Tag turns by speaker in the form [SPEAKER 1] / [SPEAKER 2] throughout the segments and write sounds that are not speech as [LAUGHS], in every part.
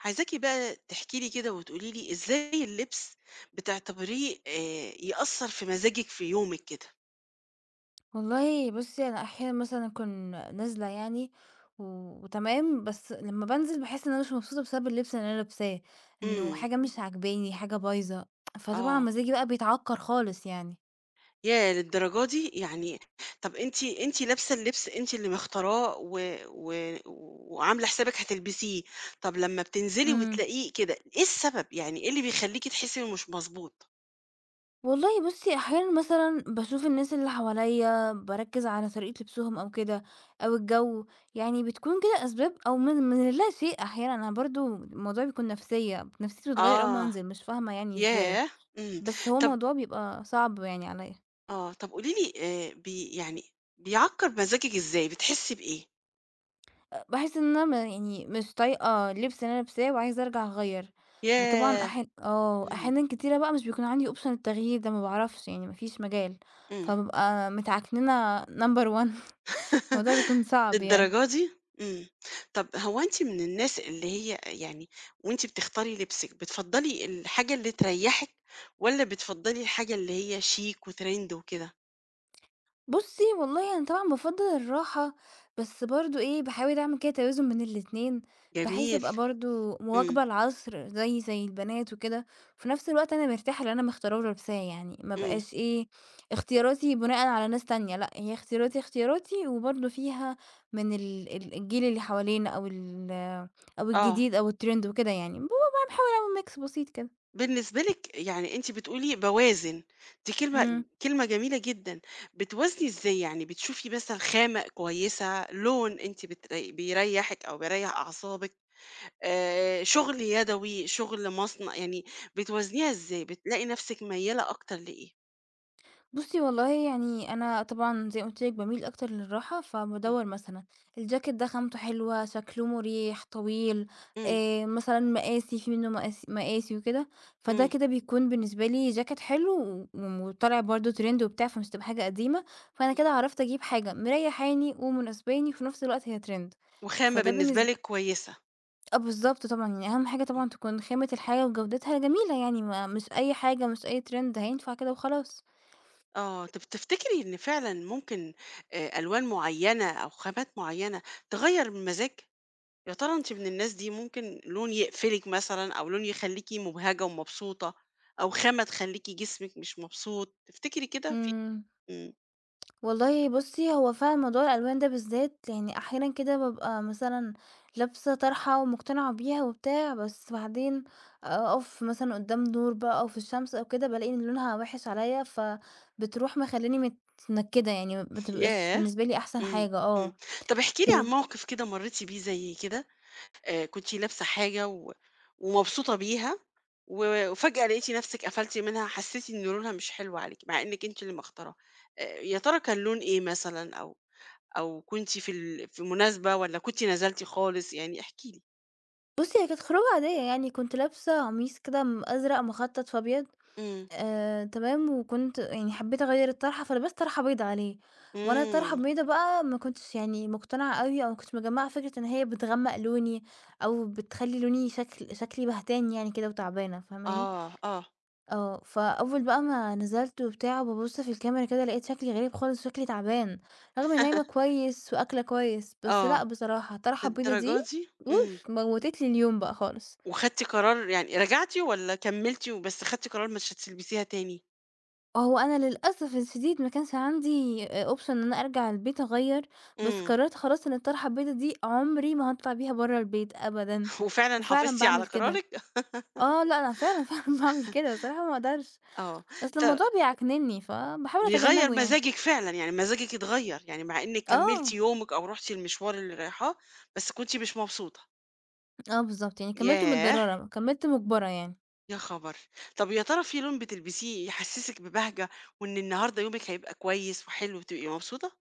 [SPEAKER 1] عايزاكِ بقى تحكي لي كده وتقولي لي إزاي اللبس بتعتبريه يأثّر في مزاجِك في يومِك كده؟
[SPEAKER 2] والله بُصّي، أنا أحيانًا مثلًا أكون نازلة و وتمام، بس لمّا بانزل باحس إن أنا مش مبسوطة بسبب اللبس اللي أنا لابساه، إنه
[SPEAKER 1] إمم،
[SPEAKER 2] حاجة مش عاجباني، حاجة بايظة، فطبعًا
[SPEAKER 1] آه،
[SPEAKER 2] مزاجي بقى بيتعكر خالص يعني.
[SPEAKER 1] ياه! للدرجة دي! يعني طَب أنتِ لابسة اللبس أنتِ اللي مختاراه و و وعاملة حسابِك هتلبسيه، طَب لمّا بتنزلي
[SPEAKER 2] إمم.
[SPEAKER 1] وتلاقيه كده، إيه السبب؟ يعني إيه اللي بيخلّيكِ تحسّي إنه مش مضبوط؟
[SPEAKER 2] والله بُصّي، أحيانًا مثلًا باشوف الناس اللي حواليّا، باركّز على طريقة لبسهم أو كده، أو الجو، يعني بتكون كده أسباب أو من اللا شيء أحيانًا، أنا برضه الموضوع بيكون نفسيّة، نفسيتي بتتغيّر أول ما
[SPEAKER 1] آه،
[SPEAKER 2] أنزل، مش فاهمة يعني إزاي،
[SPEAKER 1] ياه! إمم،
[SPEAKER 2] بس هو
[SPEAKER 1] طَب
[SPEAKER 2] موضوع بيبقى صعب يعني عليّا.
[SPEAKER 1] طَب قولي لي بي يعني بيعكّر مزاجِك إزاي، بتحسّي بإيه؟
[SPEAKER 2] باحس إن أنا ما يعني مش طايقة اللبس اللي أنا لابساه وعايزة أرجع أغيّر، وطبعًا
[SPEAKER 1] ياه! إمم.
[SPEAKER 2] أحيانًا كتيرة بقى مش بيكون عندي option التغيير ده، ما باعرفش يعني ما فيش مجال،
[SPEAKER 1] إمم.
[SPEAKER 2] فبابقى متعكننة number one [LAUGHS] الموضوع
[SPEAKER 1] [LAUGHS]
[SPEAKER 2] بيكون صعب يعني.
[SPEAKER 1] للدرجة دي! إمم. طب هو أنتِ من الناس اللي هي يعني وأنتِ بتختاري لبسِك بتفضّلي الحاجة اللي تريّحِك والّا بتفضّلي الحاجة اللي هي شيك وtrend وكده؟
[SPEAKER 2] بُصّي، والله أنا طبعًا بافضّل الراحة، بس برضه إيه، باحاول أعمل كده توازن بين الاتنين، بحيث
[SPEAKER 1] جميل.
[SPEAKER 2] أبقى برضه
[SPEAKER 1] إمم،
[SPEAKER 2] مواكبة العصر زيي زي البنات وكده، وفي نفس الوقت أنا مرتاحة للي أنا مختاراه ولابساه يعني، ما
[SPEAKER 1] إمم.
[SPEAKER 2] بقاش إيه، اختياراتي بناءً على ناس تانية، لأ هي اختياراتي وبرضه فيها من ال ال الجيل اللي حوالينا أو
[SPEAKER 1] آه.
[SPEAKER 2] الجديد أو الtrend وكده يعني، باحاول أعمل mix بسيط كده.
[SPEAKER 1] بالنسبة لِك يعني أنتِ بتقولي باوازن، دي كلمة
[SPEAKER 2] إمم.
[SPEAKER 1] كلمة جميلة جدًا. بتوازني إزاي يعني؟ بتشوفي مثلًا خامة كويسة، لون أنتِ بتري بيريّحِك أو بيريّح أعصابِك؟ شغل يدوي، شغل مصنع، يعني بتوازنيها إزاي؟ بتلاقي نفسِك ميّالة أكتر لإيه؟
[SPEAKER 2] بُصّي والله يعني أنا طبعًا زي ما قُلت لِك باميل أكتر للراحة،
[SPEAKER 1] إمم،
[SPEAKER 2] فبادوّر مثلًا الجاكيت ده خامته حلوة، شكله مريح، طويل،
[SPEAKER 1] إمم،
[SPEAKER 2] مثلًا مقاسي في منه مقاسي وكده، فده
[SPEAKER 1] إمم،
[SPEAKER 2] كده بيكون بالنسبة لي جاكيت حلو وطالع برضه trend وبتاع، فمش هتبقى حاجة قديمة، فأنا كده عرفت أجيب حاجة مريحاني ومناسباني وفي نفس الوقت هي trend
[SPEAKER 1] وخامة
[SPEAKER 2] فده
[SPEAKER 1] بالنسبة
[SPEAKER 2] بالنسب
[SPEAKER 1] لِك كويسة،
[SPEAKER 2] آه بالضبط طبعًا، يعني أهم حاجة طبعًا تكون خامة الحاجة وجودتها جميلة يعني ما مش أي حاجة، مش أي trend هينفع كده وخلاص.
[SPEAKER 1] آه، طب تفتكري إن فعلًا ممكن ألوان معيّنة أو خامات معيّنة تغيّر المزاج؟ يا ترى أنتِ من الناس دي ممكن لون يقفلِك مثلًا أو لون يخلّيكِ مبهجة ومبسوطة أو خامة تخلّيكِ جسمِك مش مبسوط، تفتكري كده في
[SPEAKER 2] إمم.
[SPEAKER 1] إمم،
[SPEAKER 2] والله بُصّي، هو فعلًا موضوع الألوان ده بالذات يعني أحيانًا كده بابقى مثلًا لابسة طرحة ومقتنعة بيها وبتاع، بس بعدين أقف مثلًا قدّام نور بقى أو في الشمس أو كده، بالاقي إن لونها وِحِش عليَّ، فبتروح مخلّياني متنكدة يعني ما بتبقاش
[SPEAKER 1] ياه!
[SPEAKER 2] بالنسبة لي أحسن
[SPEAKER 1] إمم،
[SPEAKER 2] حاجة
[SPEAKER 1] إمم،
[SPEAKER 2] آه.
[SPEAKER 1] طب احكي لي عن
[SPEAKER 2] إمم.
[SPEAKER 1] موقف كده مرّيتِ بيه زي كده؟ كنتِ لابسة حاجة و ومبسوطة بيها و وفجأة لقيتِ نفسِك قفلتِ منها، حسيتِ إن لونها مش حلو عليكِ، مع إنِّك أنتِ اللي مختاراها. يا ترى كان لون إيه مثلًا أو كنتِ في مناسبة والّا كنتِ نزلتِ خالص؟ يعني احكي لي.
[SPEAKER 2] بُصّي، هي كانت خروجة عادية يعني، كنت لابسة قميص كده أزرق مخطط في أبيض،
[SPEAKER 1] إمم.
[SPEAKER 2] تمام، وكنت يعني حبيت أغيّر الطرحة، فلبست طرحة بيضا عليه، وأنا الطرحة
[SPEAKER 1] إمم.
[SPEAKER 2] البيضا بقى ما كنتش يعني مقتنعة أوي أو ما كنتش مجمّعة فكرة إن هي بتغمّق لوني أو بتخلّي لوني شكلي بهتان يعني كده وتعبانة، فاهماني؟
[SPEAKER 1] آه، آه،
[SPEAKER 2] آه، فأول بقى ما نزلت وبتاع وبابُص في الكاميرا كده لقيت شكلي غريب خالص وشكلي تعبان، رغم إنّي نايمة كويس وآكلة كويس، بس
[SPEAKER 1] آه.
[SPEAKER 2] لأ بصراحة الطرحة البيضا دي
[SPEAKER 1] للدرجة دي! إمم.
[SPEAKER 2] أوف! موّتت لي اليوم بقى خالص.
[SPEAKER 1] وخدتِ قرار يعني رجعتِ والّا كمّلتِ وبس خدتِ قرار مش هتلبسيها تاني؟
[SPEAKER 2] هو أنا للأسف الشديد ما كانش عندي option إن أنا أرجع البيت أغيّر، بس
[SPEAKER 1] إمم.
[SPEAKER 2] قررت خلاص إن الطرحة البيضا دي عمري ما هاطلع بيها برّه البيت أبدًا،
[SPEAKER 1] [LAUGHS] وفعلًا
[SPEAKER 2] وفعلًا
[SPEAKER 1] حافظتِ على
[SPEAKER 2] باعمل كده.
[SPEAKER 1] قرارِك؟ [LAUGHS]
[SPEAKER 2] آه، لأ أنا فعلًا، [LAUGHS] فعلًا باعمل كده الصراحة ما اقدرش،
[SPEAKER 1] آه.
[SPEAKER 2] أصل
[SPEAKER 1] ط
[SPEAKER 2] الموضوع بيعكننّي، فباحاول
[SPEAKER 1] بيغيّر
[SPEAKER 2] أتجنّبه يعني.
[SPEAKER 1] مزاجِك فعلًا، يعني مزاجِك اتغيّر، يعني مع إنِّك كمّلتِ
[SPEAKER 2] آه،
[SPEAKER 1] يومِك أو رُحتِ المشوار اللي رايحاه، بس كنتِ مش مبسوطة.
[SPEAKER 2] آه بالضبط، يعني كمّلته
[SPEAKER 1] ياه!
[SPEAKER 2] متضرّرة، كمّلت مُجبرة يعني.
[SPEAKER 1] يا خبر! طَب يا ترى في لون بتلبسيه يحسّسِك ببهجة وإن النهارده يومِك هيبقى كويس وحلو وتبقي مبسوطة؟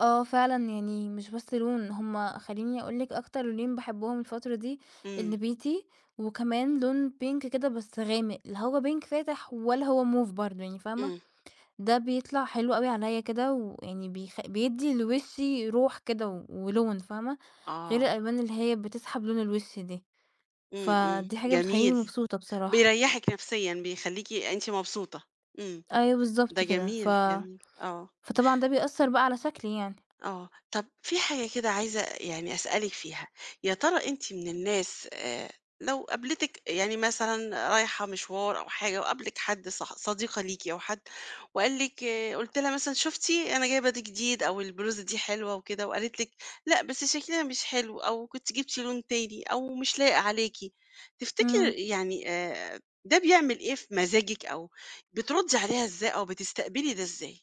[SPEAKER 2] آه فعلًا، يعني مش بس لون، هُم خلّيني أقول لِك أكتر لونين باحبهم الفترة دي،
[SPEAKER 1] إمم،
[SPEAKER 2] النبيتي وكمان لون pink كده بس غامق، لا هو pink فاتح ولا هو موف برضه يعني فاهمة،
[SPEAKER 1] إمم،
[SPEAKER 2] ده بيطلع حلو أوي عليَّ كده ويعني بيدّي لوشي روح كده ولون فاهمة، غير
[SPEAKER 1] آه،
[SPEAKER 2] الألوان اللي هي بتسحب لون الوش دي،
[SPEAKER 1] إمم، إمم،
[SPEAKER 2] فدي حاجة بتخلّيني
[SPEAKER 1] جميل.
[SPEAKER 2] مبسوطة بصراحة.
[SPEAKER 1] بيريّحِك نفسيًا، بيخلّيكِ أنتِ مبسوطة. إمم،
[SPEAKER 2] أيوه
[SPEAKER 1] ده
[SPEAKER 2] بالضبط كده،
[SPEAKER 1] جميل، جميل، آه.
[SPEAKER 2] فطبعًا ده بيأثّر بقى على شكلي يعني.
[SPEAKER 1] آه، طب في حاجة كده عايزة يعني أسألِك فيها، يا ترى أنتِ من الناس لو قابلتِك يعني مثلًا رايحة مشوار أو حاجة وقابلِك حد صح صديقة ليكِ أو حد وقال لِك آه، قُلت لها مثلًا شُفتِ أنا جايبة دي جديد أو البلوزة دي حلوة وكده وقالت لِك لأ، بس شكلها مش حلو أو كنتِ جبتِ لون تاني أو مش لايق عليكِ،
[SPEAKER 2] إمم.
[SPEAKER 1] تفتكري يعني ده بيعمل إيه في مزاجِك أو بتردي عليها إزاي أو بتستقبلي ده إزاي؟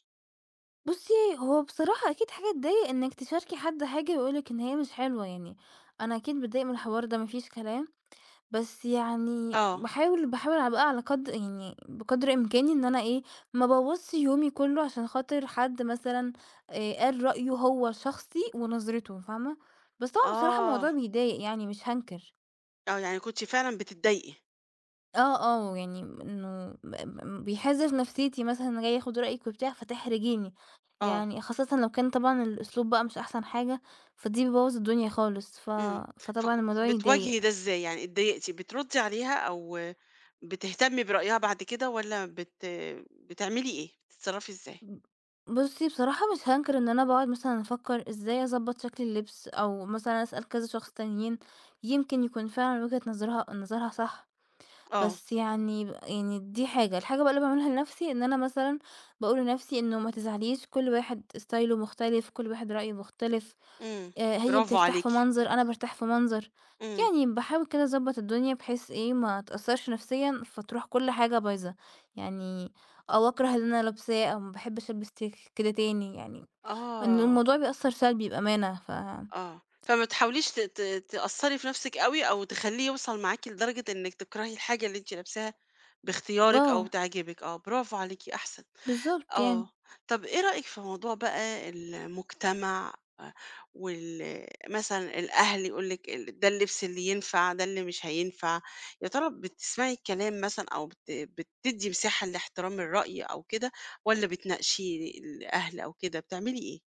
[SPEAKER 2] بُصّي، هو بصراحة أكيد حاجة تضايق إنِّك تشاركي حد حاجة ويقول لِك إن هي مش حلوة يعني، أنا أكيد باتضايق من الحوار ده ما فيش كلام، بس يعني
[SPEAKER 1] آه،
[SPEAKER 2] باحاول على قدر يعني بقدر إمكاني إن أنا إيه، ما أبوّظش يومي كُلّه عشان خاطر حد مثلًا قال رأيه هو شخصي ونظرته، فاهمة؟ بس طبعًا بصراحة الموضوع
[SPEAKER 1] آه.
[SPEAKER 2] بيضايق يعني مش هانكر.
[SPEAKER 1] آه، يعني كنتِ فعلًا بتتضايقي،
[SPEAKER 2] آه، آه، يعني إنه بيحِز في نفسيتي مثلًا جاي آخُد رأيِك وبتاع فتحرجيني،
[SPEAKER 1] آه،
[SPEAKER 2] يعني خاصةً لو كان طبعًا الأسلوب بقى مش أحسن حاجة، فدي بتبوّظ الدنيا خالص،
[SPEAKER 1] إمم، فك
[SPEAKER 2] فطبعًا الموضوع يضايق.
[SPEAKER 1] بتواجهي ده إزاي يعني اتضايقتِ بتردّي عليها أو بتهتمي برأيها بعد كده والّا بتعملي إيه، بتتصرّفي إزاي؟
[SPEAKER 2] بُصّي، بصراحة مش هانكر إن أنا باقعد مثلًا أفكّر إزاي أضبّط شكل اللبس أو مثلًا أسأل كذا شخص تانيين، يمكن يكون فعلًا وجهة نظرها صح.
[SPEAKER 1] آه،
[SPEAKER 2] بس يعني ب يعني دي حاجة، الحاجة بقى اللي باعملها لنفسي إن أنا مثلًا باقول لنفسي إنه ما تزعليش كل واحد ستايله مختلف، كل واحد رأيه مختلف،
[SPEAKER 1] إمم،
[SPEAKER 2] هي
[SPEAKER 1] برافو
[SPEAKER 2] بترتاح في
[SPEAKER 1] عليكِ،
[SPEAKER 2] منظر، أنا بارتاح في منظر،
[SPEAKER 1] إمم،
[SPEAKER 2] يعني باحاول كده أضبّط الدنيا بحيث إيه، ما أتأثّرش نفسيًا فتروح كل حاجة بايظة، يعني أو أكره اللي أنا لابساه أو ما باحبش ألبس ت كده تاني يعني، إن
[SPEAKER 1] آه،
[SPEAKER 2] الموضوع بيأثّر سلبي بأمانة
[SPEAKER 1] آه، فما تحاوليش ت ت تأثّري في نَفْسِك أوي أو تخلّيه يوصل معاكِ لدرجة إنِّك تكرهي الحاجة اللي أنتِ لابساها باختيارِك أو
[SPEAKER 2] آه،
[SPEAKER 1] بتعجبِك، آه، برافو عليكِ أحسن.
[SPEAKER 2] بالضبط
[SPEAKER 1] آه،
[SPEAKER 2] يعني.
[SPEAKER 1] طب إيه رأيك في موضوع بقى المجتمع آآ، مثلًا الأهل يقول لِك ده اللبس اللي ينفع، ده اللي مش هينفع، يا ترى بتسمعي الكلام مثلًا أو بتدّي مساحة لاحترام الرأي أو كده، والّا بتناقشي الأهل أو كده، بتعملي إيه؟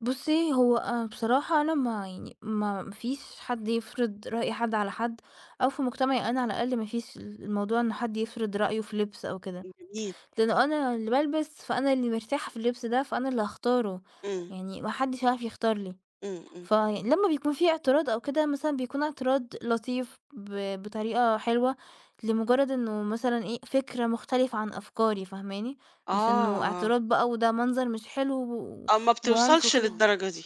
[SPEAKER 2] بُصّي، هو أنا بصراحة أنا ما يعني ما ما فيش حد يفرض رأي حد على حد، أو في مجتمعي أنا على الأقل ما فيش الموضوع إن حد يفرض رأيه في لبس أو كده،
[SPEAKER 1] جميل،
[SPEAKER 2] لأنه أنا اللي بالبس، فأنا اللي مرتاحة في اللبس ده، فأنا اللي هاختاره،
[SPEAKER 1] إمم،
[SPEAKER 2] يعني ما حدش هيعرف يختار لي.
[SPEAKER 1] إمم، إمم،
[SPEAKER 2] فلمّا بيكون في اعتراض أو كده مثلًا بيكون اعتراض لطيف بطريقة حلوة، لمجرد إنه مثلًا إيه، فكرة مختلفة عن أفكاري فاهماني؟ مش إنه
[SPEAKER 1] آه،
[SPEAKER 2] اعتراض بقى وده منظر مش حلو
[SPEAKER 1] آه، ما
[SPEAKER 2] وعنف
[SPEAKER 1] بتوصلش
[SPEAKER 2] وكده.
[SPEAKER 1] للدرجة دي،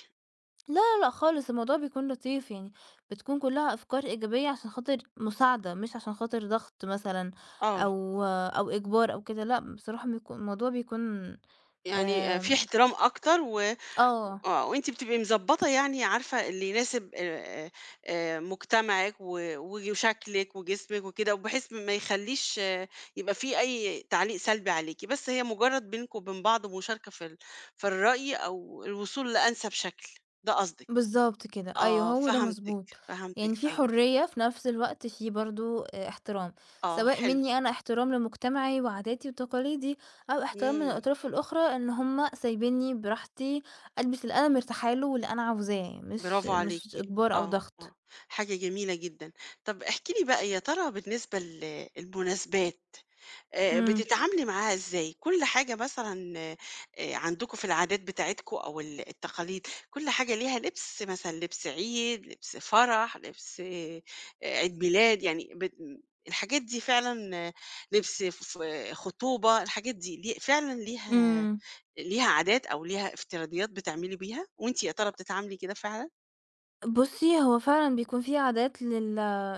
[SPEAKER 2] لا لا لأ خالص، الموضوع بيكون لطيف يعني، بتكون كلّها أفكار إيجابية عشان خاطر مساعدة، مش عشان خاطر ضغط مثلًا
[SPEAKER 1] آه،
[SPEAKER 2] أو إجبار أو كده، لأ بصراحة الموضوع بيكون
[SPEAKER 1] يعني في
[SPEAKER 2] آمم
[SPEAKER 1] احترام أكتر و
[SPEAKER 2] آه،
[SPEAKER 1] آه، وأنتِ بتبقي مضبّطة يعني عارفة اللي يناسب مجتمعِك و و وشكلِك وجسمِك وكده، وبحيث ما يخلّيش آه، يبقى في أي تعليق سلبي عليكِ، بس هي مجرّد بينكم وبين بعض مشاركة في الرأي أو الوصول لأنسب شكل، ده قصدِك.
[SPEAKER 2] بالضبط كده، أيوه
[SPEAKER 1] آه،
[SPEAKER 2] هو ده
[SPEAKER 1] فهمتِك،
[SPEAKER 2] مضبوط،
[SPEAKER 1] فهمتِك،
[SPEAKER 2] يعني في
[SPEAKER 1] فهمتِك.
[SPEAKER 2] حرية في نفس الوقت في برضه احترام،
[SPEAKER 1] آه،
[SPEAKER 2] سواء
[SPEAKER 1] حلو،
[SPEAKER 2] منّي أنا احترام لمجتمعي وعاداتي وتقاليدي، أو احترام من
[SPEAKER 1] إمم،
[SPEAKER 2] الأطراف الأخرى إن هُم سايبينّي براحتي ألبس اللي أنا مرتاحة له واللي أنا عاوزاه،
[SPEAKER 1] برافو
[SPEAKER 2] مش
[SPEAKER 1] عليكِ.
[SPEAKER 2] إجبار أو
[SPEAKER 1] آه،
[SPEAKER 2] ضغط.
[SPEAKER 1] آه، حاجة جميلة جدًا. طَب احكي لي بقى يا ترى بالنسبة ل المناسبات
[SPEAKER 2] إمم،
[SPEAKER 1] بتتعاملي معاها إزاي؟ كل حاجة مثلًا عندكم في العادات بتاعتكم أو التقاليد، كل حاجة ليها لبس، مثلًا لبس عيد، لبس فرح، لبس عيد ميلاد، يعني الحاجات دي فعلًا لبس ف آه، خطوبة، الحاجات دي فعلًا ليها
[SPEAKER 2] إمم.
[SPEAKER 1] ليها عادات أو ليها افتراضيات بتعملي بيها، وأنتِ يا ترى بتتعاملي كده فعلًا؟
[SPEAKER 2] بُصّي، هو فعلًا بيكون في عادات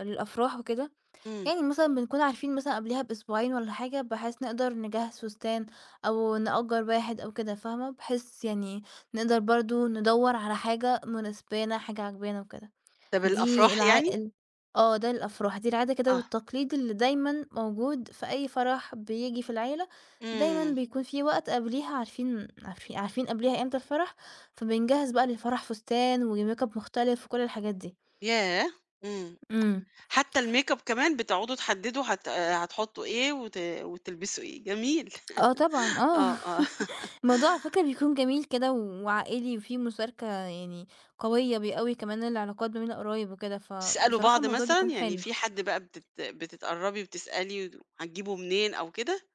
[SPEAKER 2] للأفراح وكده،
[SPEAKER 1] إمم.
[SPEAKER 2] يعني مثلًا بنكون عارفين مثلًا قبليها بأسبوعين والّا حاجة، بحيث نقدر نجهّز فستان أو نأجّر واحد أو كده، فاهمة؟ بحيث يعني نقدر برضه ندوّر على حاجة مناسبانا، حاجة عاجبانا وكده.
[SPEAKER 1] طب
[SPEAKER 2] دي
[SPEAKER 1] الأفراح
[SPEAKER 2] الع
[SPEAKER 1] يعني؟
[SPEAKER 2] ال آه، ده الأفراح، دي العادة كده
[SPEAKER 1] آه.
[SPEAKER 2] والتقليد اللي دايمًا موجود في أي فرح بييجي في العيلة، دايمًا
[SPEAKER 1] إمم.
[SPEAKER 2] بيكون في وقت قبليها عارفين قبليها إمتى الفرح، فبنجهّز بقى للفرح فستان وميك أب مختلف وكل الحاجات دي.
[SPEAKER 1] ياه! إمم.
[SPEAKER 2] إمم.
[SPEAKER 1] حتى الMake up كمان بتقعدوا تحددوا هت آه، هتحطوا إيه وتلبسوا إيه، جميل.
[SPEAKER 2] آه طبعًا، آه.
[SPEAKER 1] آه، آه. [LAUGHS]
[SPEAKER 2] [LAUGHS] الموضوع على فكرة بيكون جميل كده وعائلي وفيه مشاركة يعني قوية، بيقوي كمان العلاقات ما بين القرايب وكده،
[SPEAKER 1] تسألوا
[SPEAKER 2] فبصراحة
[SPEAKER 1] بعض
[SPEAKER 2] الموضوع
[SPEAKER 1] مثلًا،
[SPEAKER 2] بيكون
[SPEAKER 1] يعني
[SPEAKER 2] حلو.
[SPEAKER 1] في حد بقى بتتقرّبي وتسألي هتجيبه منين أو كده؟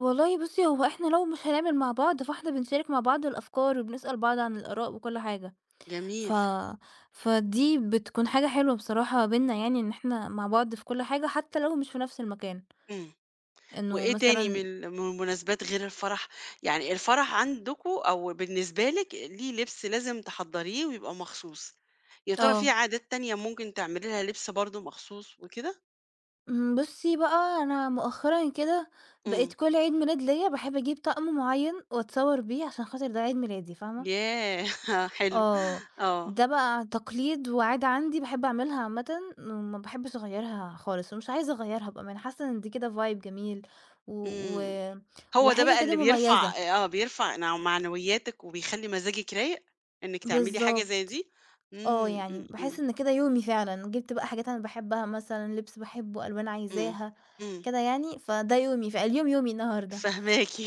[SPEAKER 2] والله بُصّي، هو إحنا لو مش هنعمل مع بعض، فإحنا بنشارك مع بعض الأفكار وبنسأل بعض عن الآراء وكل حاجة، ف
[SPEAKER 1] جميل،
[SPEAKER 2] فدي بتكون حاجة حلوة بصراحة بيننا يعني إن إحنا مع بعض في كل حاجة، حتى لو مش في نفس المكان،
[SPEAKER 1] إمم.
[SPEAKER 2] إنه
[SPEAKER 1] وإيه تاني
[SPEAKER 2] مثلًا
[SPEAKER 1] من المناسبات غير الفرح؟ يعني الفرح عندكم أو بالنسبة لِك ليه لبس لازم تحضّريه ويبقى مخصوص، يا ترى في
[SPEAKER 2] آه.
[SPEAKER 1] عادات تانية ممكن تعملي لها لبس برضه مخصوص وكده؟
[SPEAKER 2] بُصّي بقى، أنا مؤخرًا كده
[SPEAKER 1] إمم.
[SPEAKER 2] بقيت كل عيد ميلاد ليّا باحب أجيب طقم معيّن وأتصور بيه عشان خاطر ده عيد ميلادي، فاهمة؟
[SPEAKER 1] ياه! [LAUGHS] حلو،
[SPEAKER 2] آه،
[SPEAKER 1] آه.
[SPEAKER 2] ده بقى تقليد وعادة عندي باحب أعملها عامةً، وما باحبش أغيّرها خالص، ومش عايزة أغيّرها بأمانة، أنا حاسة إن دي كده vibe جميل و و
[SPEAKER 1] إمم. هو ده
[SPEAKER 2] وحاجة
[SPEAKER 1] بقى
[SPEAKER 2] كده
[SPEAKER 1] اللي
[SPEAKER 2] مميزة،
[SPEAKER 1] بيرفع معنوياتِك وبيخلّي مزاجِك رايق، إنِّك تعملي حاجة زي
[SPEAKER 2] بالضبط،
[SPEAKER 1] دي؟
[SPEAKER 2] آه،
[SPEAKER 1] إمم،
[SPEAKER 2] يعني
[SPEAKER 1] إمم، إمم،
[SPEAKER 2] باحس إن كده يومي فعلًا، جِبت بقى حاجات أنا باحبها مثلًا، لبس باحبه، ألوان
[SPEAKER 1] إمم،
[SPEAKER 2] عايزاها،
[SPEAKER 1] إمم،
[SPEAKER 2] كده يعني، فده يومي، فاليوم يومي النهارده،
[SPEAKER 1] فاهماكِ.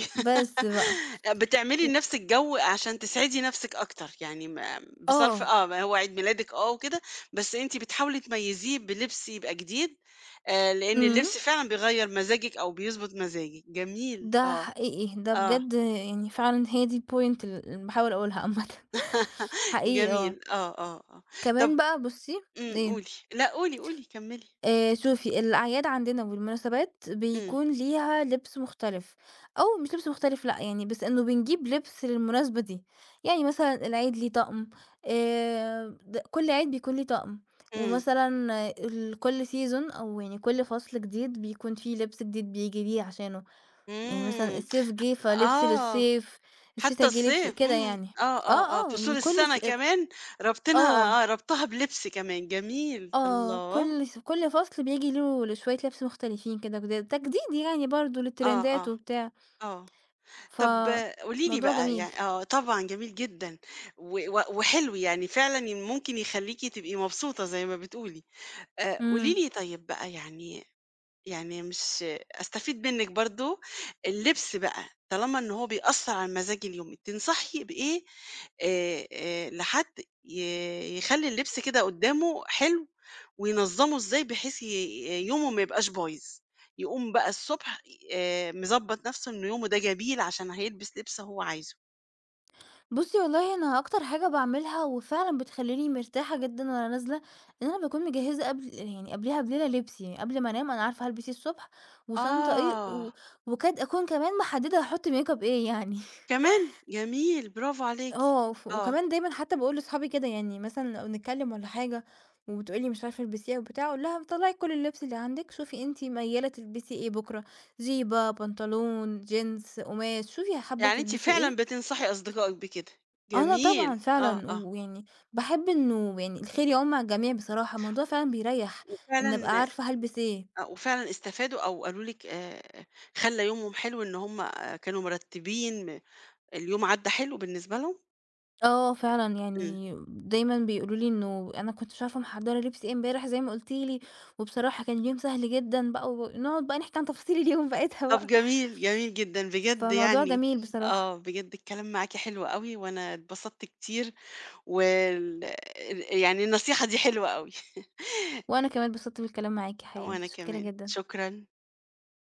[SPEAKER 2] بس بقى
[SPEAKER 1] [LAUGHS] بتعملي
[SPEAKER 2] و
[SPEAKER 1] لنَفْسِك جو عشان تسعدي نَفْسِك أكتر، يعني
[SPEAKER 2] آه،
[SPEAKER 1] ما هو عيد ميلادِك آه وكده، بس أنتِ بتحاولي تميّزيه بلبس يبقى جديد، لإن
[SPEAKER 2] إمم.
[SPEAKER 1] اللبس فعلًا بيغيّر مزاجِك أو بيضبط مزاجِك، جميل،
[SPEAKER 2] ده
[SPEAKER 1] آه،
[SPEAKER 2] حقيقي، ده
[SPEAKER 1] آه،
[SPEAKER 2] بجد يعني فعلًا هي دي الpoint اللي باحاول أقولها عامةً [LAUGHS]
[SPEAKER 1] [LAUGHS]
[SPEAKER 2] حقيقي آه.
[SPEAKER 1] جميل، آه، آه، آه. طَب
[SPEAKER 2] كمان بقى بُصّي
[SPEAKER 1] إمم، قولي،
[SPEAKER 2] إيه،
[SPEAKER 1] لأ قولي، قولي كمّلي.
[SPEAKER 2] شوفي الأعياد عندنا والمناسبات
[SPEAKER 1] إمم،
[SPEAKER 2] بيكون ليها لبس مختلف، أو مش لبس مختلف لأ، يعني بس إنه بنجيب لبس للمناسبة دي، يعني مثلًا العيد ليه طقم، د كل عيد بيكون ليه طقم،
[SPEAKER 1] إمم،
[SPEAKER 2] ومثلًا آه، كل season أو يعني كل فصل جديد بيكون فيه لبس جديد بييجي بيه عشانه، يعني مثلًا
[SPEAKER 1] إمم،
[SPEAKER 2] الصيف جِه فلبس
[SPEAKER 1] آه،
[SPEAKER 2] للصيف،
[SPEAKER 1] حتى
[SPEAKER 2] الشتا جِه لبس
[SPEAKER 1] الصيف،
[SPEAKER 2] كده
[SPEAKER 1] إمم،
[SPEAKER 2] يعني.
[SPEAKER 1] آه، آه، آه،
[SPEAKER 2] آه، آه،
[SPEAKER 1] فصول
[SPEAKER 2] يعني كل
[SPEAKER 1] السَنة
[SPEAKER 2] س
[SPEAKER 1] كمان رابطينها آه،
[SPEAKER 2] آه،
[SPEAKER 1] آه، رابطاها بلبس كمان، جميل،
[SPEAKER 2] آه، آه،
[SPEAKER 1] الله!
[SPEAKER 2] كل فصل بييجي له شوية لبس مختلفين كده جداد، تجديد يعني برضه
[SPEAKER 1] آه،
[SPEAKER 2] للترندات
[SPEAKER 1] آه،
[SPEAKER 2] وبتاع،
[SPEAKER 1] آه، طَب قولي لي
[SPEAKER 2] فموضوع
[SPEAKER 1] بقى يع
[SPEAKER 2] جميل.
[SPEAKER 1] آه، طبعًا جميل جدًا، و و وحلو يعني فعلًا ممكن يخلّيكِ تبقي مبسوطة زي ما بتقولي، قولي
[SPEAKER 2] إمم.
[SPEAKER 1] لي طيب بقى يعني مش أستفيد منِّك برضه، اللبس بقى طالما إن هو بيأثّر على المزاج اليومي، تنصحي بإيه لحد ي يخلّي اللبس كده قُدّامه حلو وينظّمه إزاي بحيث يومه ما يبقاش بايظ؟ يقوم بقى الصبح مضبّط نَفْسه إن يومه ده جميل عشان هيلبس لبس هو عايزه.
[SPEAKER 2] بُصّي والله أنا أكتر حاجة باعملها وفعلًا بتخلّيني مرتاحة جدًا وأنا نازلة، إن أنا باكون مجهّزة قبليها بليلة لبسي، يعني قبل ما أنام أنا عارفة هالبس إيه الصبح وشنطة إيه
[SPEAKER 1] آه،
[SPEAKER 2] وكاد أكون كمان محددة هاحط ميك اب إيه يعني.
[SPEAKER 1] كمان! جميل، برافو عليكِ.
[SPEAKER 2] آه،
[SPEAKER 1] آه،
[SPEAKER 2] وكمان دايمًا حتى باقول لصحابي كده، يعني مثلًا لو بنتكلم والّا حاجة وبتقول لي مش عارفة البسي إيه وبتاع، أقول لها طلّعي كل اللبس اللي عندِك، شوفي أنتِ ميّالة تلبسي إيه بكرة، جيبة، بنطلون، جينز، قماش، شوفي حابة
[SPEAKER 1] يعني أنتِ
[SPEAKER 2] تلبسي
[SPEAKER 1] فعلًا
[SPEAKER 2] إيه.
[SPEAKER 1] بتنصحي أصدقائِك بكده،
[SPEAKER 2] أنا طبعًا
[SPEAKER 1] جميل، آه،
[SPEAKER 2] فعلًا،
[SPEAKER 1] آه،
[SPEAKER 2] ويعني باحب إنه يعني الخير يعُم على الجميع بصراحة، الموضوع فعلًا بيريّح إن
[SPEAKER 1] وفعلًا
[SPEAKER 2] أبقى عارفة هالبس إيه.
[SPEAKER 1] وفعلًا استفادوا أو قالوا لِك خلّى يومهم حلو إن هم كانوا مرتّبين اليوم عدّى حلو بالنسبة لهم؟
[SPEAKER 2] آه فعلًا،
[SPEAKER 1] إمم.
[SPEAKER 2] يعني دايمًا بيقولوا لي إنه أنا كنت مش عارفة محضّرة لبس إيه امبارح زي ما قُلتِ لي، وبصراحة كان اليوم سهل جدًا بقى، ونقعد بقى نحكي عن تفاصيل اليوم [LAUGHS] بتاعتها
[SPEAKER 1] طب
[SPEAKER 2] بقى،
[SPEAKER 1] جميل، جميل جدًا بجد
[SPEAKER 2] فموضوع
[SPEAKER 1] يعني
[SPEAKER 2] جميل بصراحة،
[SPEAKER 1] آه، بجد الكلام معاكِ حلو أوي وأنا اتبسطت كتير وال يعني النصيحة دي حلوة أوي.
[SPEAKER 2] وأنا
[SPEAKER 1] [LAUGHS]
[SPEAKER 2] كمان اتبسطت بالكلام معاكِ حقيقي،
[SPEAKER 1] وأنا
[SPEAKER 2] متشكرة
[SPEAKER 1] كمان،
[SPEAKER 2] جدًا.
[SPEAKER 1] شكرًا.